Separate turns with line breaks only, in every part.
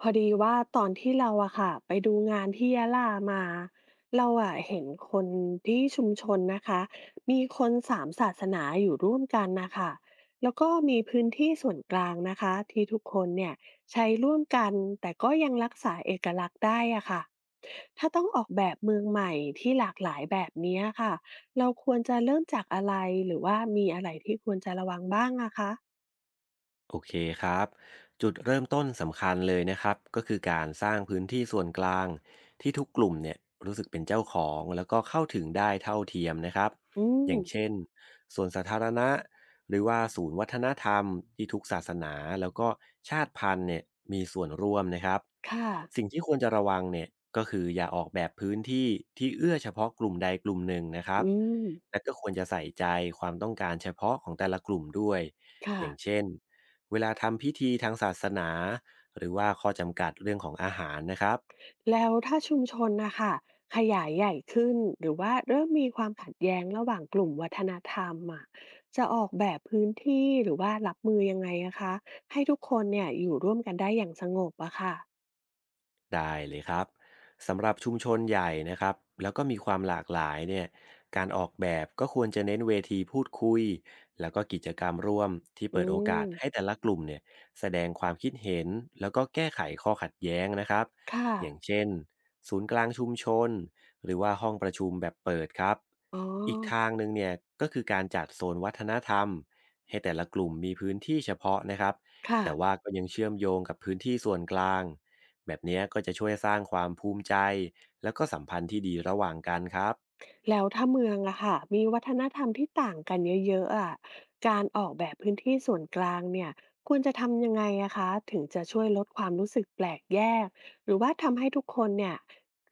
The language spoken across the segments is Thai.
พอดีว่าตอนที่เราอะค่ะไปดูงานที่ยะลามาเราอะเห็นคนที่ชุมชนนะคะมีคนสามศาสนาอยู่ร่วมกันนะคะแล้วก็มีพื้นที่ส่วนกลางนะคะที่ทุกคนเนี่ยใช้ร่วมกันแต่ก็ยังรักษาเอกลักษณ์ได้อะค่ะถ้าต้องออกแบบเมืองใหม่ที่หลากหลายแบบเนี้ยค่ะเราควรจะเริ่มจากอะไรหรือว่ามีอะไรที่ควรจะระวังบ้างอะคะ
โอเคครับจุดเริ่มต้นสำคัญเลยนะครับก็คือการสร้างพื้นที่ส่วนกลางที่ทุกกลุ่มเนี่ยรู้สึกเป็นเจ้าของแล้วก็เข้าถึงได้เท่าเทียมนะครับ
อื
อ
ม
ย่างเช่นส่วนสาธารณะหรือว่าศูนย์วัฒนธรรมที่ทุกศาสนาแล้วก็ชาติพันธุ์เนี่ยมีส่วนร่วมนะครับ
ค่ะ
สิ่งที่ควรจะระวังเนี่ยก็คืออย่าออกแบบพื้นที่ที่เอื้อเฉพาะกลุ่มใดกลุ่มหนึ่งนะครับ
อืม
และก็ควรจะใส่ใจความต้องการเฉพาะของแต่ละกลุ่มด้วย
ค่ะ
อย่างเช่น เวลาทำพิธีทางศาสนาหรือว่าข้อจำกัดเรื่องของอาหารนะครับ
แล้วถ้าชุมชนนะคะขยายใหญ่ขึ้นหรือว่าเริ่มมีความขัดแย้งระหว่างกลุ่มวัฒนธรรมอะจะออกแบบพื้นที่หรือว่ารับมือยังไงอะคะให้ทุกคนเนี่ยอยู่ร่วมกันได้อย่างสงบอะค่ะ
ได้เลยครับสำหรับชุมชนใหญ่นะครับแล้วก็มีความหลากหลายเนี่ยการออกแบบก็ควรจะเน้นเวทีพูดคุยแล้วก็กิจกรรมร่วมที่
อื
เปิดโอกา
ม
สให้แต่ละกลุ่มเนี่ยแสดงความคิดเห็นแล้วก็แก้ไขข้อขัดแย้งนะครับ
ค่ะ
อย่างเช่นศูนย์กลางชุมชนหรือว่าห้องประชุมแบบเปิดครับ
อ๋อ
อีกทางหนึ่งเนี่ยก็คือการจัดโซนวัฒนธรรมให้แต่ละกลุ่มมีพื้นที่เฉพาะนะครับ
ค่ะ
แต่ว่าก็ยังเชื่อมโยงกับพื้นที่ส่วนกลาง แบบเนี้ยก็จะช่วยสร้างความภูมิใจแล้วก็สัมพันธ์ที่ดีระหว่างกันครับ
แล้วถ้าเมืองอะค่ะมีวัฒนธรรมที่ต่างกันเยอะๆอะการออกแบบพื้นที่ส่วนกลางเนี่ยควรจะทำยังไงอะคะถึงจะช่วยลดความรู้สึกแปลกแยกหรือว่าทำให้ทุกคนเนี่ย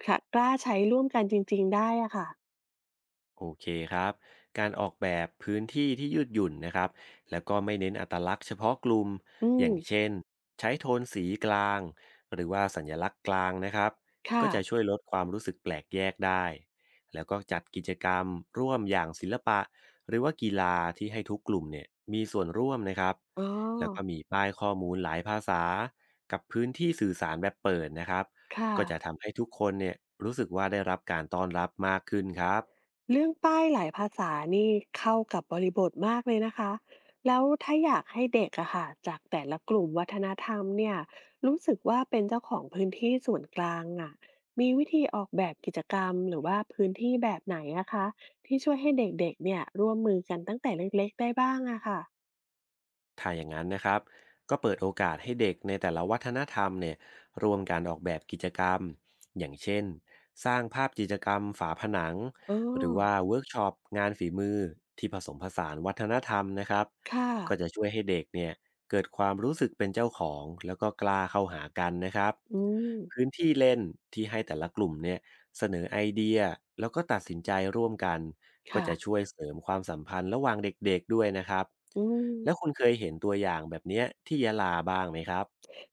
ค่ะกล้าใช้ร่วมกันจริงๆได้อะค่ะ
โอเคครับ การออกแบบพื้นที่ที่ยืดหยุ่นนะครับ แล้วก็ไม่เน้นอัตลักษณ์เฉพาะกลุ่ม
อื
อ
ม
ย่างเช่นใช้โทนสีกลางหรือว่าสัญลักษณ์กลางนะครับก็
ค่ะ
จะช่วยลดความรู้สึกแปลกแยกได้ แล้วก็จัดกิจกรรมร่วมอย่างศิลปะหรือว่ากีฬาที่ให้ทุกกลุ่มเนี่ยมีส่วนร่วมนะครับ
อ๋อ
แล้วก็มีป้ายข้อมูลหลายภาษากับพื้นที่สื่อสารแบบเปิดนะครับ
ค่ะ
ก็จะทำให้ทุกคนเนี่ยรู้สึกว่าได้รับการต้อนรับมากขึ้นครับ
เรื่องป้ายหลายภาษานี่เข้ากับบริบทมากเลยนะคะ แล้วถ้าอยากให้เด็กอะค่ะจากแต่ละกลุ่มวัฒนธรรมเนี่ยรู้สึกว่าเป็นเจ้าของพื้นที่ส่วนกลางอะมีวิธีออกแบบกิจกรรมหรือว่าพื้นที่แบบไหนอะคะที่ช่วยให้เด็กๆเนี่ยร่วมมือกันตั้งแต่เล็กๆได้บ้างอะค่ะ
ถ้าอย่างนั้นนะครับ ก็เปิดโอกาสให้เด็กในแต่ละวัฒนธรรมเนี่ยร่วมการออกแบบกิจกรรมอย่างเช่นสร้างภาพกิจกรรมฝาผนัง
เอ
หรือ
อ
ว่าเวิร์กช็อปงานฝีมือที่ผสมผสานวัฒนธรรมนะครับ
ค่ะ
ก็จะช่วยให้เด็กเนี่ยเกิดความรู้สึกเป็นเจ้าของแล้วก็กล้าเข้าหากันนะครับ
อืม
พื้นที่เล่นที่ให้แต่ละกลุ่มเนี่ย เสนอไอเดียแล้วก็ตัดสินใจร่วมกันก็
ค่ะ
จะช่วยเสริมความสัมพันธ์ระหว่างเด็กๆด้วยนะครับ
อืม
แล้วคุณเคยเห็นตัวอย่างแบบเนี้ยที่ยะลาบ้างไหมครับ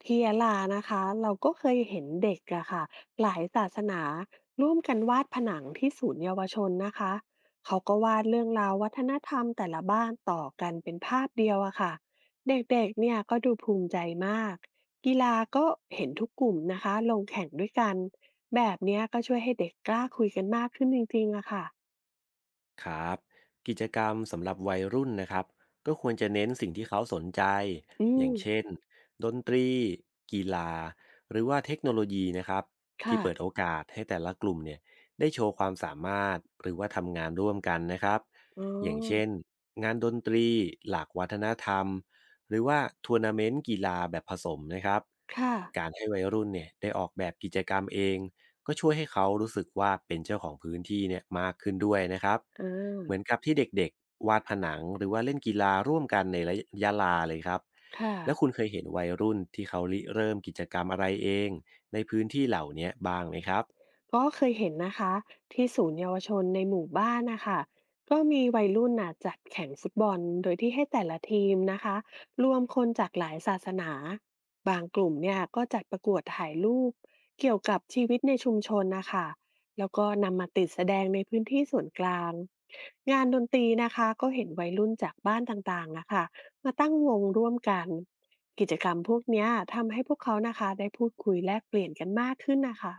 ที่ยะลานะคะเราก็เคยเห็นเด็กอะค่ะหลายศาสนาร่วมกันวาดผนังที่ศูนย์เยาวชนนะคะเขาก็วาดเรื่องราววัฒนธรรมแต่ละบ้านต่อกันเป็นภาพเดียวอะค่ะเด็กๆเนี่ยก็ดูภูมิใจมากกีฬาก็เห็นทุกกลุ่มนะคะลงแข่งด้วยกันแบบเนี้ยก็ช่วยให้เด็กกล้าคุยกันมากขึ้นจริงๆอะค่ะ
ครับกิจกรรมสำหรับวัยรุ่นนะครับก็ควรจะเน้นสิ่งที่เขาสนใจ
อื
อย่า
ม
งเช่นดนตรีกีฬาหรือว่าเทคโนโลยีนะครับที่
ค่ะ
เปิดโอกาสให้แต่ละกลุ่มเนี่ยได้โชว์ความสามารถหรือว่าทำงานร่วมกันนะครับ
อ๋อ
อย่างเช่นงานดนตรีหลากวัฒนธรรมหรือว่าทัวร์นาเมนต์กีฬาแบบผสมนะครับ
ค่ะ
การให้วัยรุ่นเนี่ยได้ออกแบบกิจกรรมเองก็ช่วยให้เขารู้สึกว่าเป็นเจ้าของพื้นที่เนี่ยมากขึ้นด้วยนะครับ
อ่า
เหมือนกับที่เด็กๆวาดผนังหรือว่าเล่นกีฬาร่วมกันในระยะลาเลยครับ
ค่ะ
แล้วคุณเคยเห็นวัยรุ่นที่เขาริเริ่มกิจกรรมอะไรเองในพื้นที่เหล่าเนี้ยบ้างไหมครับ
ก็เคยเห็นนะคะที่ศูนย์เยาวชนในหมู่บ้านนะคะก็มีวัยรุ่นน่ะจัดแข่งฟุตบอลโดยที่ให้แต่ละทีมนะคะรวมคนจากหลายศาสนาบางกลุ่มเนี่ยก็จัดประกวดถ่ายรูปเกี่ยวกับชีวิตในชุมชนนะคะแล้วก็นำมาติดแสดงในพื้นที่ส่วนกลางงานดนตรีนะคะก็เห็นวัยรุ่นจากบ้านต่างๆนะคะมาตั้งวงร่วมกันกิจกรรมพวกเนี้ยทำให้พวกเขานะคะได้พูดคุยแลกเปลี่ยนกันมากขึ้นนะคะ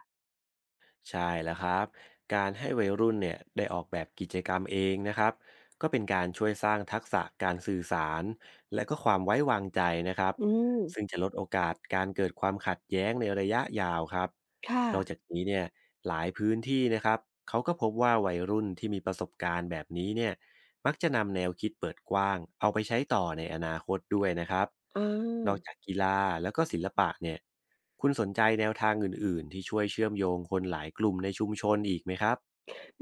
ใช่แล้วครับการให้วัยรุ่นเนี่ยได้ออกแบบกิจกรรมเองนะครับก็เป็นการช่วยสร้างทักษะการสื่อสารและก็ความไว้วางใจนะครับ
อืม
ซึ่งจะลดโอกาสการเกิดความขัดแย้งในระยะยาวครับ
ค่ะ
นอกจากนี้เนี่ยหลายพื้นที่นะครับเขาก็พบว่าวัยรุ่นที่มีประสบการณ์แบบนี้เนี่ยมักจะนำแนวคิดเปิดกว้างเอาไปใช้ต่อในอนาคตด้วยนะครับ
อ
นอกจา
า
กกีฬาแล้วก็ศิลปะเนี่ย คุณสนใจแนวทางอื่นๆ ที่ช่วยเชื่อมโยงคนหลายกลุ่มในชุมชนอีกไหมครับ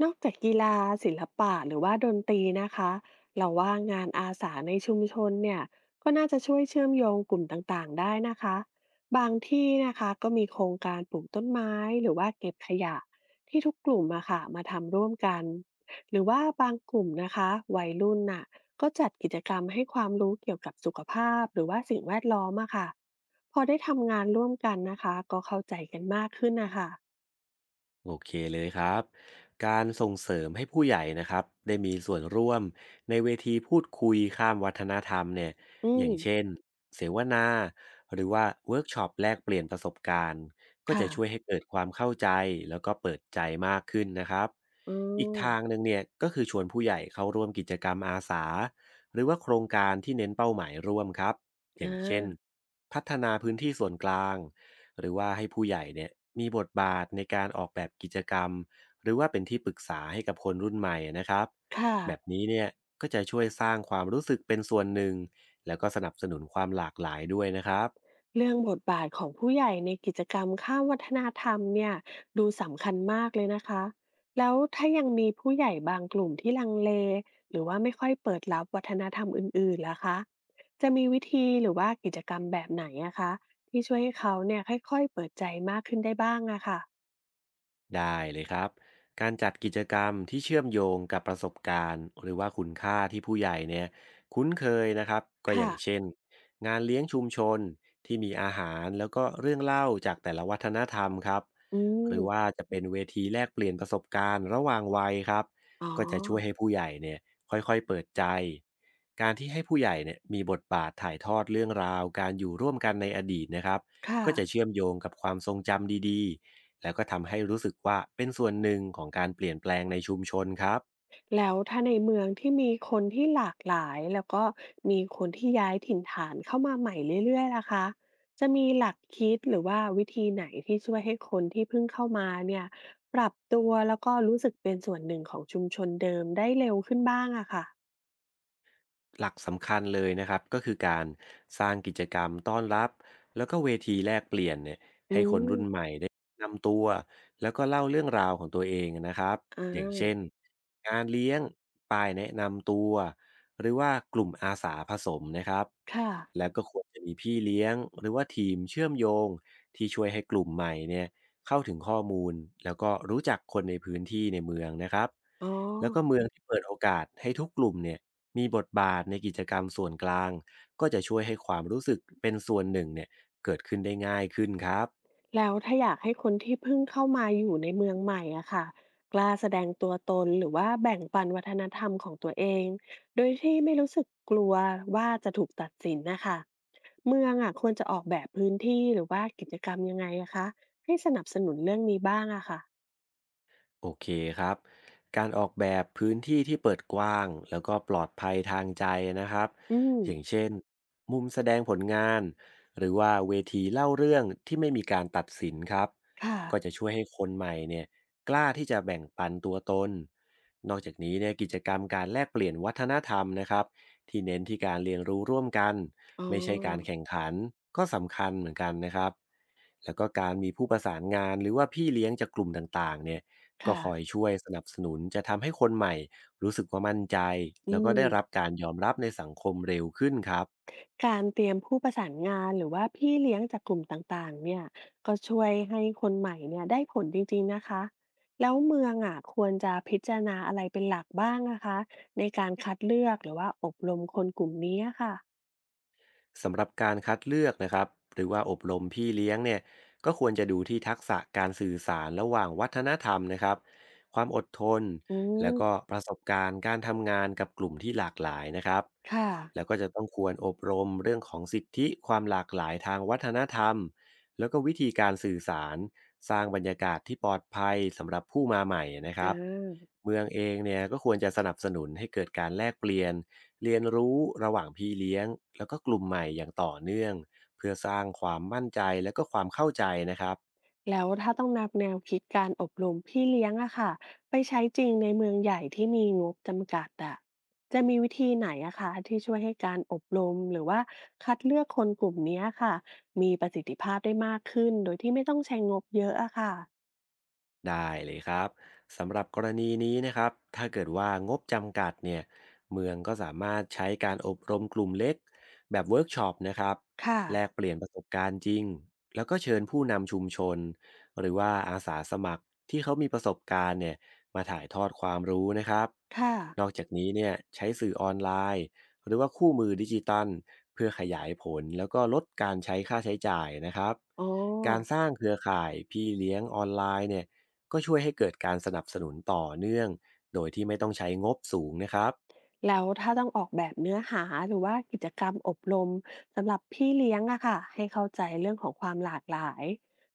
นอกจากกีฬาศิลปะหรือว่าดนตรีนะคะ เราว่างานอาสาในชุมชนเนี่ยก็น่าจะช่วยเชื่อมโยงกลุ่มต่างๆได้นะคะ บางที่นะคะก็มีโครงการปลูกต้นไม้หรือว่าเก็บขยะที่ทุกกลุ่มอะค่ะมาทำร่วมกัน หรือว่าบางกลุ่มนะคะวัยรุ่นน่ะก็จัดกิจกรรมให้ความรู้เกี่ยวกับสุขภาพหรือว่าสิ่งแวดล้อมอะค่ะพอได้ทำงานร่วมกันนะคะก็เข้าใจกันมากขึ้นน่ะค่ะ
โอเคเลยครับการส่งเสริมให้ผู้ใหญ่นะครับได้มีส่วนร่วมในเวทีพูดคุยข้ามวัฒนธรรมเนี่ย
อื
อ
ม
ย่างเช่นเสวนาหรือว่าเวิร์กช็อปแลกเปลี่ยนประสบการณ์ก็จะ
ค่ะ
ช่วยให้เกิดความเข้าใจแล้วก็เปิดใจมากขึ้นนะครับ
อื
อีก
ม
ทางหนึ่งเนี่ยก็คือชวนผู้ใหญ่เข้าร่วมกิจกรรมอาสาหรือว่าโครงการที่เน้นเป้าหมายร่วมครับอ
อ
ย่างเช่น
า
พัฒนาพื้นที่ส่วนกลาง หรือว่าให้ผู้ใหญ่เนี่ยมีบทบาทในการออกแบบกิจกรรมหรือว่าเป็นที่ปรึกษาให้กับคนรุ่นใหม่นะครับ
ค่ะ
แบบนี้เนี่ยก็จะช่วยสร้างความรู้สึกเป็นส่วนหนึ่งแล้วก็สนับสนุนความหลากหลายด้วยนะครับ
เรื่องบทบาทของผู้ใหญ่ในกิจกรรมข้ามวัฒนธรรมเนี่ยดูสำคัญมากเลยนะคะแล้วถ้ายังมีผู้ใหญ่บางกลุ่มที่ลังเลหรือว่าไม่ค่อยเปิดรับวัฒนธรรมอื่นๆล่ะคะจะมีวิธีหรือว่ากิจกรรมแบบไหนอะคะที่ช่วยให้เขาเนี่ยค่อยๆเปิดใจมากขึ้นได้บ้างอะค่ะ
ได้เลยครับการจัดกิจกรรมที่เชื่อมโยงกับประสบการณ์หรือว่าคุณค่าที่ผู้ใหญ่เนี่ยคุ้นเคยนะครับก็อ
ค่ะ
ย่างเช่นงานเลี้ยงชุมชนที่มีอาหารแล้วก็เรื่องเล่าจากแต่ละวัฒนธรรมครับ
อื
ห
ม
รือว่าจะเป็นเวทีแลกเปลี่ยนประสบการณ์ระหว่างวัยครับ
อ๋อ
ก็จะช่วยให้ผู้ใหญ่เนี่ยค่อยๆเปิดใจการที่ให้ผู้ใหญ่เนี่ยมีบทบาทถ่ายทอดเรื่องราวการอยู่ร่วมกันในอดีตนะครับ
ค่ะ
ก็จะเชื่อมโยงกับความทรงจำดีๆ แล้วก็ทำให้รู้สึกว่าเป็นส่วนหนึ่งของการเปลี่ยนแปลงในชุมชนครับ
แล้วถ้าในเมืองที่มีคนที่หลากหลายแล้วก็มีคนที่ย้ายถิ่นฐานเข้ามาใหม่เรื่อยๆล่ะคะจะมีหลักคิดหรือว่าวิธีไหนที่ช่วยให้คนที่เพิ่งเข้ามาเนี่ยปรับตัวแล้วก็รู้สึกเป็นส่วนหนึ่งของชุมชนเดิมได้เร็วขึ้นบ้างอะค่ะ
หลักสำคัญเลยนะครับก็คือการสร้างกิจกรรมต้อนรับแล้วก็เวทีแลกเปลี่ยนเนี่ย
อืม
นำตัวแล้วก็เล่าเรื่องราวของตัวเองนะครับ
อ่
อย่าง
า
เช่นงานเลี้ยงป้ายแนะนำตัวหรือว่ากลุ่มอาสาผสมนะครับ
ค่ะ
แล้วก็ควรจะมีพี่เลี้ยงหรือว่าทีมเชื่อมโยงที่ช่วยให้กลุ่มใหม่เนี่ยเข้าถึงข้อมูลแล้วก็รู้จักคนในพื้นที่ในเมืองนะครับ
อ๋อ
แล้วก็เมืองที่เปิดโอกาสให้ทุกกลุ่มเนี่ยมีบทบาทในกิจกรรมส่วนกลางก็จะช่วยให้ความรู้สึกเป็นส่วนหนึ่งเนี่ยเกิดขึ้นได้ง่ายขึ้นครับ
แล้วถ้าอยากให้คนที่เพิ่งเข้ามาอยู่ในเมืองใหม่อะค่ะกล้าแสดงตัวตนหรือว่าแบ่งปันวัฒนธรรมของตัวเอง โดยที่ไม่รู้สึกกลัวว่าจะถูกตัดสินนะคะเมืองอะควรจะออกแบบพื้นที่หรือว่ากิจกรรมยังไงอะคะให้สนับสนุนเรื่องนี้บ้างอะค่ะ
โอเคครับการออกแบบพื้นที่ที่เปิดกว้างแล้วก็ปลอดภัยทางใจนะครับ
อืม
อย่างเช่นมุมแสดงผลงานหรือว่าเวทีเล่าเรื่องที่ไม่มีการตัดสินครับ
ค่ะ
ก็จะช่วยให้คนใหม่เนี่ยกล้าที่จะแบ่งปันตัวตนนอกจากนี้เนี่ยกิจกรรมการแลกเปลี่ยนวัฒนธรรมนะครับที่เน้นที่การเรียนรู้ร่วมกัน
อ๋อ
ไม่ใช่การแข่งขันก็สำคัญเหมือนกันนะครับ แล้วก็การมีผู้ประสานงานหรือว่าพี่เลี้ยงจากกลุ่มต่างๆเนี่ยก็
ค่ะ
คอยช่วยสนับสนุนจะทำให้คนใหม่รู้สึกว่ามั่นใจ
อื
แล้วก็
ม
ได้รับการยอมรับในสังคมเร็วขึ้นครับ
การเตรียมผู้ประสานงานหรือว่าพี่เลี้ยงจากกลุ่มต่างๆเนี่ยก็ช่วยให้คนใหม่เนี่ยได้ผลจริงๆนะคะแล้วเมืองอ่ะควรจะพิจารณาอะไรเป็นหลักบ้างนะคะในการคัดเลือกหรือว่าอบรมคนกลุ่มนี้อะค่ะ
สำหรับการคัดเลือกนะครับหรือว่าอบรมพี่เลี้ยงเนี่ยก็ควรจะดูที่ทักษะการสื่อสารระหว่างวัฒนธรรมนะครับความอดทน
อื
แล้
ม
วก็ประสบการณ์การทำงานกับกลุ่มที่หลากหลายนะครับ
ค่ะ
แล้วก็จะต้องควรอบรมเรื่องของสิทธิความหลากหลายทางวัฒนธรรมแล้วก็วิธีการสื่อสารสร้างบรรยากาศที่ปลอดภัยสำหรับผู้มาใหม่นะค
อ่
รับ
า
เมืองเองเนี่ยก็ควรจะสนับสนุนให้เกิดการแลกเปลี่ยนเรียนรู้ระหว่างพี่เลี้ยงแล้วก็กลุ่มใหม่อย่างต่อเนื่องเพื่อสร้างความมั่นใจและก็ความเข้าใจนะครับ
แล้วถ้าต้องนำแนวคิดการอบรมพี่เลี้ยงอะค่ะไปใช้จริงในเมืองใหญ่ที่มีงบจำกัดอะจะมีวิธีไหนอะคะที่ช่วยให้การอบรมหรือว่าคัดเลือกคนกลุ่มเนี้ยค่ะมีประสิทธิภาพได้มากขึ้นโดยที่ไม่ต้องใช้งบเยอะอะค่ะ
ได้เลยครับสำหรับกรณีนี้นะครับถ้าเกิดว่างบจำกัดเนี่ยเมืองก็สามารถใช้การอบรมกลุ่มเล็กแบบเวิร์กช็อปนะครับ
ค่ะ
แลกเปลี่ยนประสบการณ์จริงแล้วก็เชิญผู้นำชุมชนหรือว่าอาสาสมัครที่เขามีประสบการณ์เนี่ยมาถ่ายทอดความรู้นะครับ
ค่ะ
นอกจากนี้เนี่ยใช้สื่อออนไลน์หรือว่าคู่มือดิจิตัลเพื่อขยายผลแล้วก็ลดการใช้ค่าใช้จ่ายนะครับ
อ๋อ
การสร้างเครือข่ายพี่เลี้ยงออนไลน์เนี่ย ก็ช่วยให้เกิดการสนับสนุนต่อเนื่องโดยที่ไม่ต้องใช้งบสูงนะครับ
แล้วถ้าต้องออกแบบเนื้อหาหรือว่ากิจกรรมอบรมสำหรับพี่เลี้ยงอะค่ะให้เข้าใจเรื่องของความหลากหลาย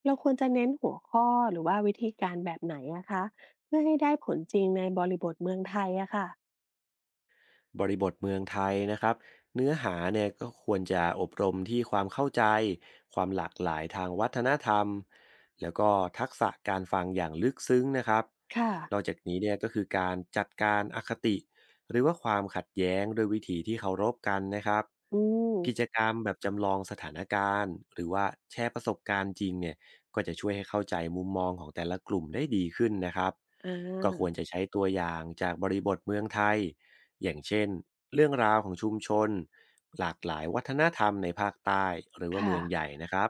เราควรจะเน้นหัวข้อหรือว่าวิธีการแบบไหนอะคะเพื่อให้ได้ผลจริงในบริบทเมืองไทยอะค่ะ
บริบทเมืองไทยนะครับเนื้อหาเนี่ยก็ควรจะอบรมที่ความเข้าใจความหลากหลายทางวัฒนธรรมแล้วก็ทักษะการฟังอย่างลึกซึ้งนะครับ
ค่ะ
นอกจากนี้เนี่ยก็คือการจัดการอคติหรือว่าความขัดแย้งด้วยวิธีที่เคารพกันนะครับ
อืม
กิจกรรมแบบจำลองสถานการณ์หรือว่าแชร์ประสบการณ์จริงเนี่ยก็จะช่วยให้เข้าใจมุมมองของแต่ละกลุ่มได้ดีขึ้นนะครับ
อ่
ก็ควร
า
จะใช้ตัวอย่างจากบริบทเมืองไทยอย่างเช่นเรื่องราวของชุมชนหลากหลายวัฒนธรรมในภาคใต้หรือว่า
ค่ะ
เมืองใหญ่นะครับ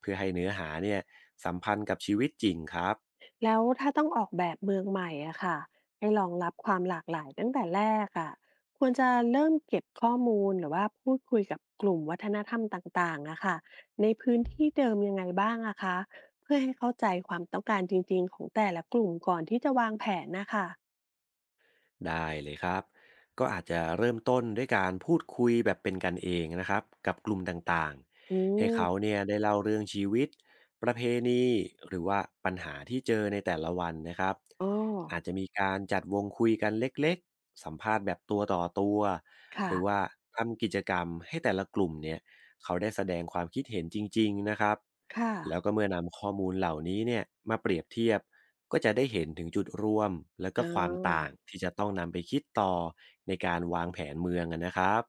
เพื่อให้เนื้อหาเนี่ยสัมพันธ์กับชีวิตจริงครับ
แล้วถ้าต้องออกแบบเมืองใหม่อะค่ะให้รองรับความหลากหลายตั้งแต่แรกอะควรจะเริ่มเก็บข้อมูลหรือว่าพูดคุยกับกลุ่มวัฒนธรรมต่างๆอะค่ะในพื้นที่เดิมยังไงบ้างอะคะเพื่อให้เข้าใจความต้องการจริงๆของแต่ละกลุ่มก่อนที่จะวางแผนนะคะ
ได้เลยครับ ก็อาจจะเริ่มต้นด้วยการพูดคุยแบบเป็นกันเองนะครับกับกลุ่มต่าง
อื
ๆให้เขา
ม
เนี่ยได้เล่าเรื่องชีวิตประเพณีหรือว่าปัญหาที่เจอในแต่ละวันนะครับ
อ๋อ
อาจจะมีการจัดวงคุยกันเล็กๆสัมภาษณ์แบบตัวต่อตัวห
ค่ะ
รือว่าทำกิจกรรมให้แต่ละกลุ่มเนี่ยเขาได้แสดงความคิดเห็นจริงๆนะครับ
ค่ะ
แล้วก็เมื่อนำข้อมูลเหล่านี้เนี่ยมาเปรียบเทียบก็จะได้เห็นถึงจุดร่วมและก็
อ๋อ
ความต่างที่จะต้องนำไปคิดต่อในการวางแผนเมืองอะนะครับ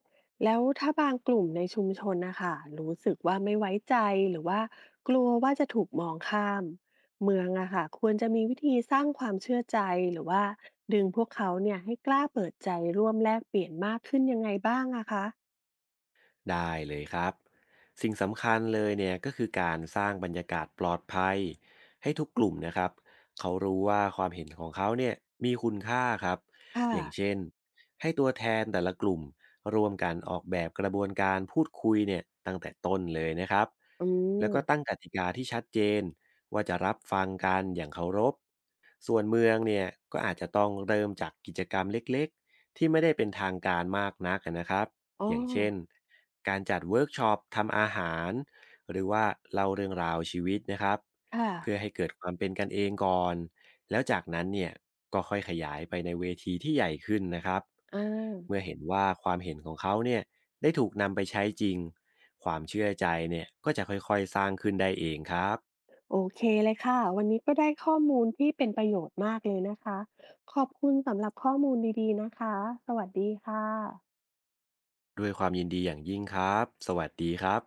แล้วถ้าบางกลุ่มในชุมชนนะคะรู้สึกว่าไม่ไว้ใจหรือว่ากลัวว่าจะถูกมองข้ามเมืองอะค่ะควรจะมีวิธีสร้างความเชื่อใจหรือว่าดึงพวกเขาเนี่ยให้กล้าเปิดใจร่วมแลกเปลี่ยนมากขึ้นยังไงบ้างอะคะ
ได้เลยครับสิ่งสำคัญเลยเนี่ยก็คือการสร้างบรรยากาศปลอดภัยให้ทุกกลุ่มนะครับเขารู้ว่าความเห็นของเขาเนี่ยมีคุณค่าครับ
ค่ะ
อย่างเช่นให้ตัวแทนแต่ละกลุ่มร่วมกันออกแบบกระบวนการพูดคุยเนี่ยตั้งแต่ต้นเลยนะครับ
อื
แล้วก็ตั้ง
ม
กติกาที่ชัดเจนว่าจะรับฟังกันอย่างเคารพส่วนเมืองเนี่ยก็อาจจะต้องเริ่มจากกิจกรรมเล็กๆที่ไม่ได้เป็นทางการมากนักนะครับ
อ๋อ
อย่างเช่นการจัดเวิร์กช็อปทำอาหารหรือว่าเล่าเรื่องราวชีวิตนะครับ
ค่ะ
เพื่อให้เกิดความเป็นกันเองก่อนแล้วจากนั้นเนี่ยก็ค่อยขยายไปในเวทีที่ใหญ่ขึ้นนะครับ
อ่
เมื่อ
า
เห็นว่าความเห็นของเขาเนี่ยได้ถูกนำไปใช้จริงความเชื่อใจเนี่ยก็จะค่อยๆสร้างขึ้นได้เองครับ
โอเคเลยค่ะวันนี้ก็ได้ข้อมูลที่เป็นประโยชน์มากเลยนะคะขอบคุณสำหรับข้อมูลดีๆนะคะสวัสดีค่ะ
ด้วยความยินดีอย่างยิ่งครับสวัสดีครับ